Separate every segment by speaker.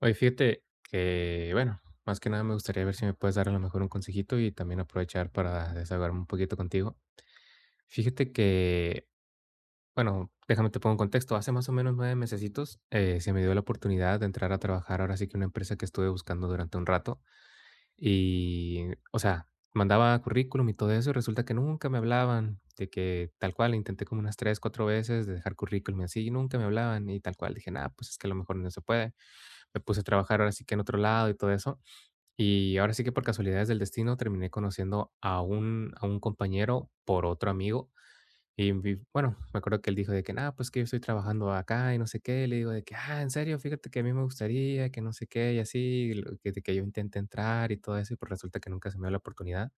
Speaker 1: Oye, fíjate que, bueno, más que nada me gustaría ver si me puedes dar a lo mejor un consejito y también aprovechar para desahogarme un poquito contigo. Fíjate que, bueno, déjame te pongo en contexto. Hace más o menos 9 mesecitos se me dio la oportunidad de entrar a trabajar ahora sí que en una empresa que estuve buscando durante un rato. Y, o sea, mandaba currículum y todo eso y resulta que nunca me hablaban. De que tal cual, intenté como unas tres, cuatro veces de dejar currículum y así, y nunca me hablaban y tal cual. Dije, nada, pues es que a lo mejor no se puede. Me puse a trabajar ahora sí que en otro lado y todo eso. Y ahora sí que por casualidades del destino terminé conociendo a un compañero por otro amigo. Y bueno, me acuerdo que él dijo de que, nada, pues que yo estoy trabajando acá y no sé qué. Le digo de que, ah, en serio, fíjate que a mí me gustaría, que no sé qué, y así, que, de que yo intenté entrar y todo eso, y pues resulta que nunca se me dio la oportunidad.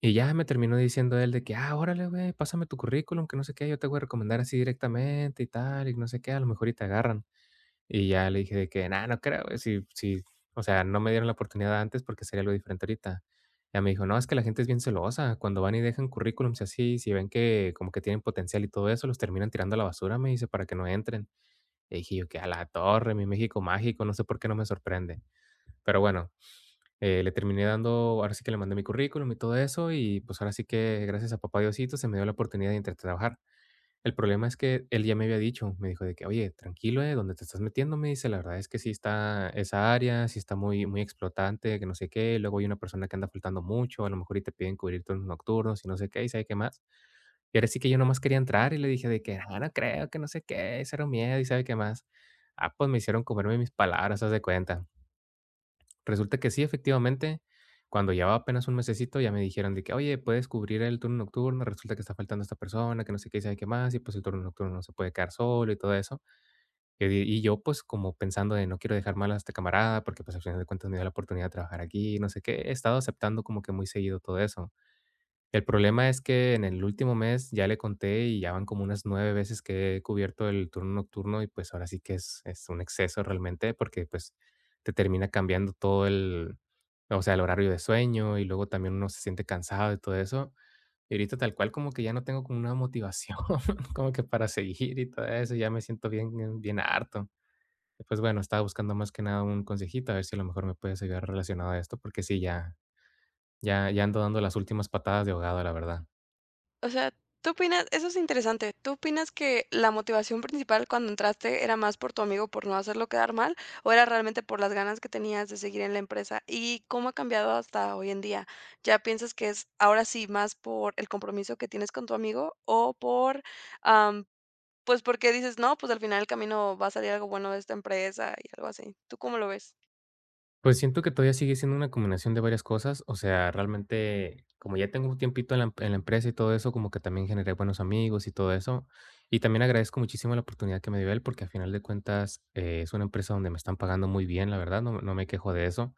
Speaker 1: Y ya me terminó diciendo él de que, ah, órale, güey, pásame tu currículum, que no sé qué, yo te voy a recomendar así directamente y tal, y no sé qué, a lo mejor y te agarran. Y ya le dije de que: "No, no creo, güey, si si, o sea, no me dieron la oportunidad antes, porque sería algo diferente ahorita". Ya me dijo: "No, es que la gente es bien celosa, cuando van y dejan currículums y así, si ven que como que tienen potencial y todo eso, los terminan tirando a la basura", me dice, "para que no entren". Y dije yo: "Que a la torre, mi México mágico, no sé por qué no me sorprende". Pero bueno, le terminé dando ahora sí que le mandé mi currículum y todo eso, y pues ahora sí que gracias a papá Diosito se me dio la oportunidad de entrar a trabajar. El problema es que él ya me había dicho, me dijo de que: "Oye, tranquilo, donde te estás metiendo", me dice, "la verdad es que sí está esa área, sí está muy muy explotante, que no sé qué, luego hay una persona que anda faltando mucho, a lo mejor y te piden cubrir turnos nocturnos y no sé qué, y sabe qué más". Y ahora sí que yo nomás quería entrar y le dije de que: "Ah, no creo, que no sé qué, cero miedo", y sabe qué más. Ah, pues me hicieron comerme mis palabras, haz de cuenta. Resulta que sí, efectivamente, cuando llevaba apenas un mesecito ya me dijeron de que: "Oye, puedes cubrir el turno nocturno, resulta que está faltando esta persona, que no sé qué y sabe qué más, y pues el turno nocturno no se puede quedar solo", y todo eso. Y di y yo, pues, como pensando de no quiero dejar mal a este camarada, porque, pues, al final de cuentas me dio la oportunidad de trabajar aquí, no sé qué. He estado aceptando como que muy seguido todo eso. El problema es que en el último mes ya le conté y ya van como unas 9 veces que he cubierto el turno nocturno y, pues, ahora sí que es un exceso realmente porque, pues, te termina cambiando todo el o sea, el horario de sueño y luego también uno se siente cansado y todo eso. Y ahorita tal cual como que ya no tengo como una motivación como que para seguir y todo eso, ya me siento bien bien harto. Y, pues, bueno, estaba buscando más que nada un consejito, a ver si a lo mejor me puedes ayudar relacionado a esto, porque sí, ya ya ando dando las últimas patadas de ahogado, la verdad.
Speaker 2: O sea, ¿tú opinas? Eso es interesante. ¿Tú opinas que la motivación principal cuando entraste era más por tu amigo por no hacerlo quedar mal o era realmente por las ganas que tenías de seguir en la empresa? ¿Y cómo ha cambiado hasta hoy en día? ¿Ya piensas que es ahora sí más por el compromiso que tienes con tu amigo o por, am, pues porque dices, no, pues al final del camino va a salir algo bueno de esta empresa y algo así? ¿Tú cómo lo ves?
Speaker 1: Pues siento que todavía sigue siendo una combinación de varias cosas, o sea, realmente, como ya tengo un tiempito en la, en la empresa y todo eso, como que también generé buenos amigos y todo eso, y también agradezco muchísimo la oportunidad que me dio él, porque a final de cuentas es una empresa donde me están pagando muy bien, la verdad, no, no me quejo de eso.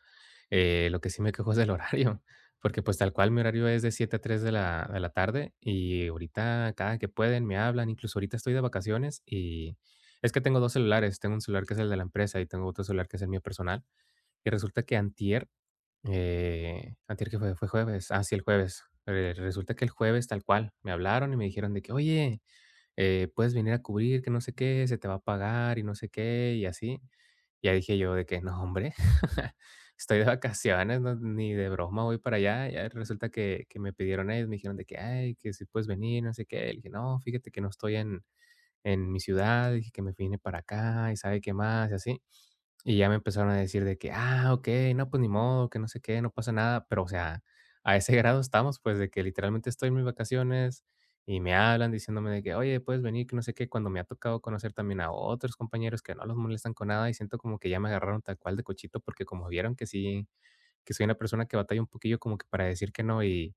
Speaker 1: Lo que sí me quejo es del horario, porque pues tal cual mi horario es de 7 a 3 de la tarde, y ahorita cada que pueden me hablan, incluso ahorita estoy de vacaciones, y es que tengo dos celulares, tengo un celular que es el de la empresa y tengo otro celular que es el mío personal. Y resulta que antier, ¿antier que fue? ¿Fue jueves? Ah, sí, el jueves. Resulta que el jueves, tal cual, me hablaron y me dijeron de que: "Oye, puedes venir a cubrir, que no sé qué, se te va a pagar y no sé qué", y así. Ya dije yo de que: "No, hombre, estoy de vacaciones, no, ni de broma voy para allá". Ya resulta que me pidieron ellos, me dijeron de que: "Ay, que si puedes venir, no sé qué". Le dije: "No, fíjate que no estoy en mi ciudad", dije: "Que me vine para acá y sabe qué más", y así. Y ya me empezaron a decir de que: "Ah, okey, no, pues ni modo, que no sé qué, no pasa nada", pero, o sea, a ese grado estamos, pues, de que literalmente estoy en mis vacaciones y me hablan diciéndome de que: "Oye, puedes venir", que no sé qué, cuando me ha tocado conocer también a otros compañeros que no los molestan con nada y siento como que ya me agarraron tal cual de cochito, porque como vieron que sí, que soy una persona que batalla un poquillo como que para decir que no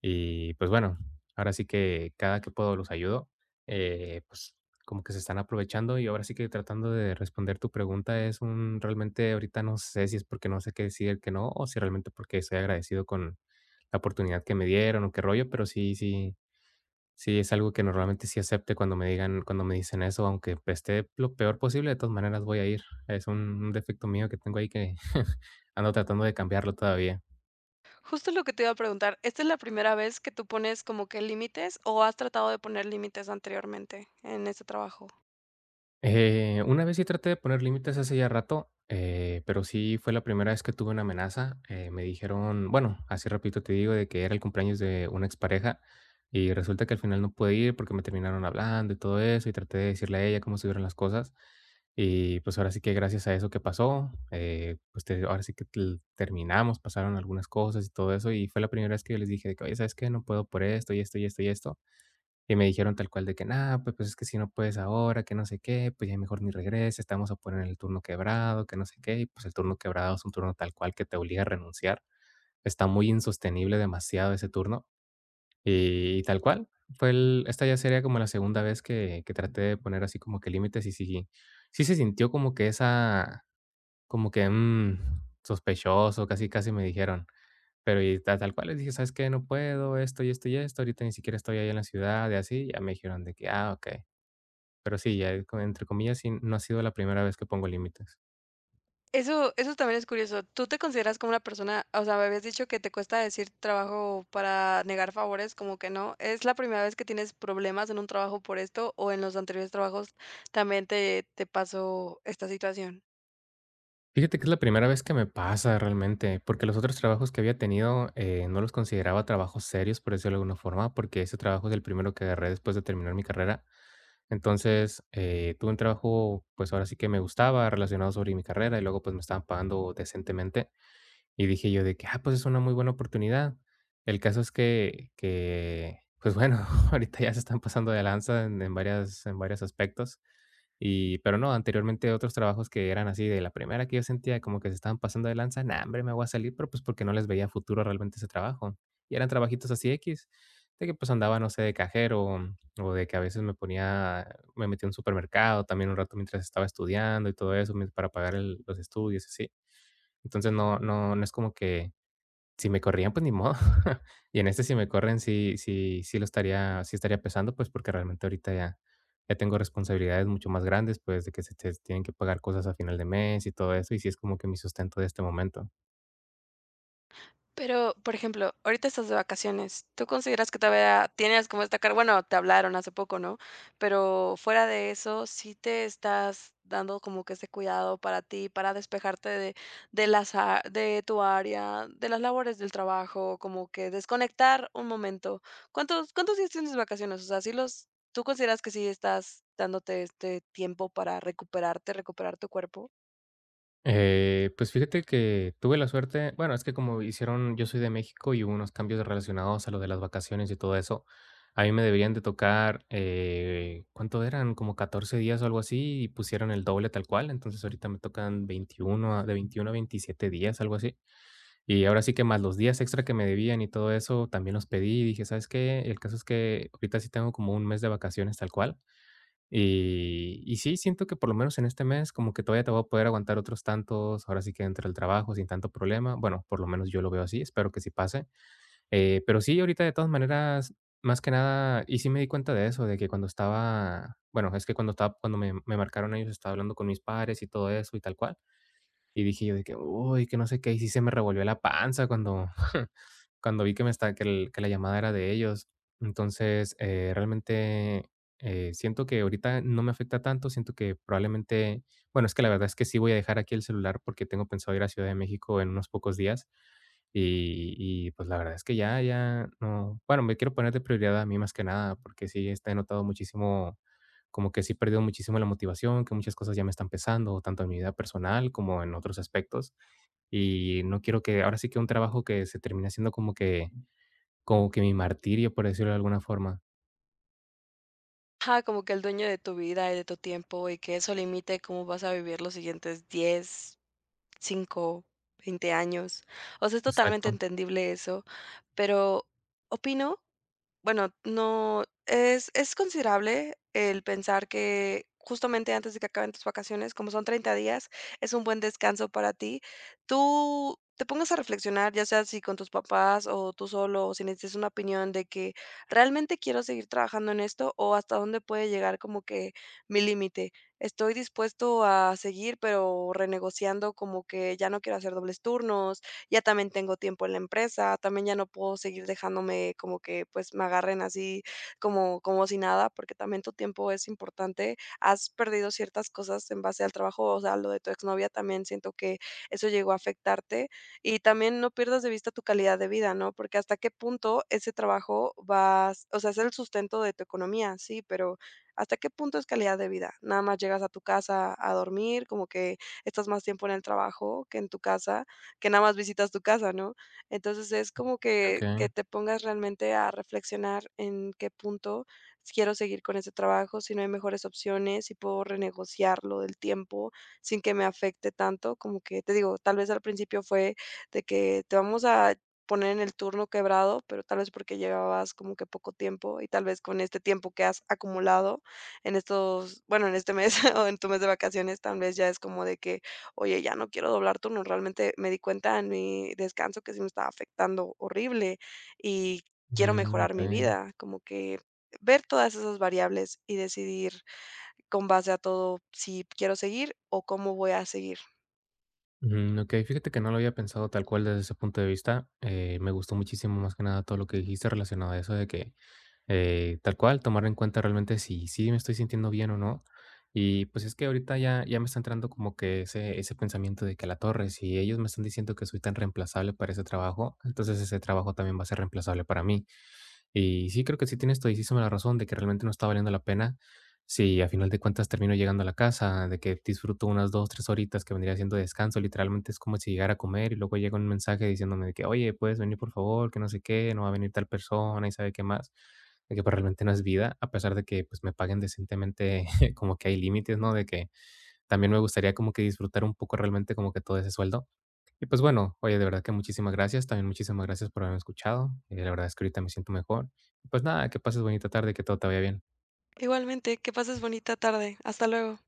Speaker 1: y pues bueno, ahora sí que cada que puedo los ayudo, pues como que se están aprovechando y ahora sí que tratando de responder tu pregunta es un realmente ahorita no sé si es porque no sé qué decir que no o si realmente porque estoy agradecido con la oportunidad que me dieron o qué rollo, pero sí, sí, sí es algo que normalmente sí acepte cuando me digan, cuando me dicen eso, aunque pues, esté lo peor posible, de todas maneras voy a ir. Es un, defecto mío que tengo ahí que ando tratando de cambiarlo todavía.
Speaker 2: Justo lo que te iba a preguntar, ¿esta es la primera vez que tú pones como que límites o has tratado de poner límites anteriormente en este trabajo?
Speaker 1: Una vez sí traté de poner límites hace ya rato, pero sí fue la primera vez que tuve una amenaza. Me dijeron, bueno, así repito te digo, de que era el cumpleaños de una expareja y resulta que al final no pude ir porque me terminaron hablando y todo eso y traté de decirle a ella cómo estuvieron las cosas. Y pues ahora sí que gracias a eso que pasó, pues ahora sí que terminamos, pasaron algunas cosas y todo eso y fue la primera vez que yo les dije de que, oye, ¿sabes qué? No puedo por esto y esto y esto y esto. Y me dijeron tal cual de que: nada pues, es que si no puedes ahora, que no sé qué, pues ya mejor ni regreses, te vamos a poner en el turno quebrado, que no sé qué". Y, pues, el turno quebrado es un turno tal cual que te obliga a renunciar. Está muy insostenible demasiado ese turno, y tal cual. Fue el esta ya sería como la segunda vez que traté de poner así como que límites, y sí sí se sintió como que esa como que, sospechoso, casi, casi me dijeron. Pero y ta tal cual les dije: "¿Sabes qué? No puedo, esto y esto y esto, ahorita ni siquiera estoy ahí en la ciudad", y así, ya me dijeron de que: "Ah, okey". Pero sí, ya co entre comillas, sí, no ha sido la primera vez que pongo límites.
Speaker 2: Eso también es curioso. ¿Tú te consideras como una persona? O sea, me habías dicho que te cuesta decir trabajo para negar favores, como que no. ¿Es la primera vez que tienes problemas en un trabajo por esto o en los anteriores trabajos también te pasó esta situación?
Speaker 1: Fíjate que es la primera vez que me pasa realmente, porque los otros trabajos que había tenido, no los consideraba trabajos serios, por decirlo de alguna forma, porque ese trabajo es el primero que agarré después de terminar mi carrera. Entonces, tuve un trabajo, pues, ahora sí que me gustaba, relacionado sobre mi carrera, y luego, pues, me estaban pagando decentemente. Y dije yo de que: "Ah, pues es una muy buena oportunidad". El caso es que pues bueno, ahorita ya se están pasando de lanza en varias en varios aspectos. Y pero no, anteriormente otros trabajos que eran así de la primera que yo sentía como que se estaban pasando de lanza, no, hombre, me voy a salir, pero pues porque no les veía futuro realmente ese trabajo. Y eran trabajitos así x de que pues andaba, no sé, de cajero, o de que a veces me metía a un supermercado también un rato mientras estaba estudiando y todo eso, mien para pagar el los estudios así. Entonces no es como que si me corrían, pues ni modo. Y en este, si me corren, sí estaría pesando, pues, porque realmente ahorita ya tengo responsabilidades mucho más grandes, pues, de que se te tienen que pagar cosas a final de mes y todo eso, y sí es como que mi sustento de este momento.
Speaker 2: Pero, por ejemplo, ahorita estás de vacaciones, ¿tú consideras que todavía tienes como esta carga? Bueno, te hablaron hace poco, ¿no? Pero fuera de eso, ¿sí te estás dando como que ese cuidado para ti, para despejarte de las, a- de tu área, de las labores del trabajo, como que desconectar un momento? ¿Cuántos, cuántos días tienes de vacaciones? O sea, ¿sí los, tú consideras que sí estás dándote este tiempo para recuperarte, recuperar tu cuerpo?
Speaker 1: Pues fíjate que tuve la suerte, bueno, es que como hicieron, yo soy de México y hubo unos cambios relacionados a lo de las vacaciones y todo eso, a mí me deberían de tocar, ¿cuánto eran? Como 14 días o algo así, y pusieron el doble tal cual. Entonces ahorita me tocan de 21 a 27 días, algo así. Y ahora sí que más los días extra que me debían y todo eso, también los pedí y dije, ¿sabes qué? El caso es que ahorita sí tengo como un mes de vacaciones tal cual. Y sí, siento que por lo menos en este mes como que todavía te voy a poder aguantar otros tantos, ahora sí que entre el trabajo sin tanto problema. Bueno, por lo menos yo lo veo así, espero que sí pase. Pero sí, ahorita de todas maneras, más que nada, y sí me di cuenta de eso, de que cuando estaba, bueno, es que cuando estaba, cuando me marcaron ellos, estaba hablando con mis padres y todo eso y tal cual. Y dije yo de que: "Uy, que no sé qué", y sí se me revolvió la panza cuando cuando vi que me está que el que la llamada era de ellos. Entonces, realmente, siento que ahorita no me afecta tanto. Siento que probablemente, bueno, es que la verdad es que sí voy a dejar aquí el celular porque tengo pensado ir a Ciudad de México en unos pocos días. Y y, pues, la verdad es que ya no, bueno, me quiero poner de prioridad a mí más que nada, porque sí, está he notado muchísimo, como que sí he perdido muchísimo la motivación, que muchas cosas ya me están pesando, tanto en mi vida personal como en otros aspectos. Y no quiero que ahora sí que un trabajo que se termine haciendo como que mi martirio, por decirlo de alguna forma.
Speaker 2: Ajá, como que el dueño de tu vida y de tu tiempo y que eso limite cómo vas a vivir los siguientes 10, 5, 20 años. O sea, es totalmente
Speaker 1: Exacto.
Speaker 2: entendible eso, pero opino bueno, no, es considerable el pensar que justamente antes de que acaben tus vacaciones, como son 30 días, es un buen descanso para ti. Tú te pongas a reflexionar, ya sea si con tus papás o tú solo, o si necesitas una opinión de que realmente quiero seguir trabajando en esto o hasta dónde puede llegar como que mi límite. Estoy dispuesto a seguir, pero renegociando como que ya no quiero hacer dobles turnos, ya también tengo tiempo en la empresa, también ya no puedo seguir dejándome como que pues me agarren así como, como si nada, porque también tu tiempo es importante. Has perdido ciertas cosas en base al trabajo, o sea, lo de tu exnovia también siento que eso llegó a afectarte y también no pierdas de vista tu calidad de vida, ¿no? Porque hasta qué punto ese trabajo vas, o sea, es el sustento de tu economía, sí, pero hasta qué punto es calidad de vida. Nada más llegas a tu casa a dormir, como que estás más tiempo en el trabajo que en tu casa que nada más visitas tu casa, ¿no? Entonces, es como que
Speaker 1: Okey.
Speaker 2: que te pongas realmente a reflexionar en qué punto quiero seguir con este trabajo, si no hay mejores opciones, si puedo renegociarlo del tiempo sin que me afecte tanto, como que te digo, tal vez al principio fue de que te vamos a poner en el turno quebrado, pero tal vez porque llevabas como que poco tiempo y tal vez con este tiempo que has acumulado en estos bueno, en este mes o en tu mes de vacaciones, tal vez ya es como de que oye, ya no quiero doblar turnos, realmente me di cuenta en mi descanso que sí me estaba afectando horrible y quiero
Speaker 1: Mm,
Speaker 2: mejorar mi
Speaker 1: okey.
Speaker 2: vida, como que ver todas esas variables y decidir con base a todo si quiero seguir o cómo voy a seguir.
Speaker 1: Mm, okey, fíjate que no lo había pensado tal cual desde ese punto de vista. Me gustó muchísimo, más que nada, todo lo que dijiste relacionado a eso de que, tal cual, tomar en cuenta realmente si sí me estoy sintiendo bien o no. Y pues es que ahorita ya, ya me está entrando como que ese pensamiento de que a la torre, si ellos me están diciendo que soy tan reemplazable para ese trabajo, entonces ese trabajo también va a ser reemplazable para mí. Y sí, creo que sí tienes todísima la razón de que realmente no está valiendo la pena. Si a final de cuentas termino llegando a la casa, de que disfruto unas 2 o 3 horitas que vendría siendo descanso, literalmente es como si llegara a comer y luego llega un mensaje diciéndome de que, oye, ¿puedes venir, por favor, que no sé qué? No va a venir tal persona y sabe qué más. De que pues, realmente no es vida, a pesar de que pues me paguen decentemente, como que hay límites, ¿no? De que también me gustaría como que disfrutar un poco realmente como que todo ese sueldo. Y pues bueno, oye, de verdad que muchísimas gracias. También muchísimas gracias por haberme escuchado. La verdad es que ahorita me siento mejor. Y pues nada, que pases bonita tarde, que todo te vaya bien.
Speaker 2: Igualmente, que pases bonita tarde. Hasta luego.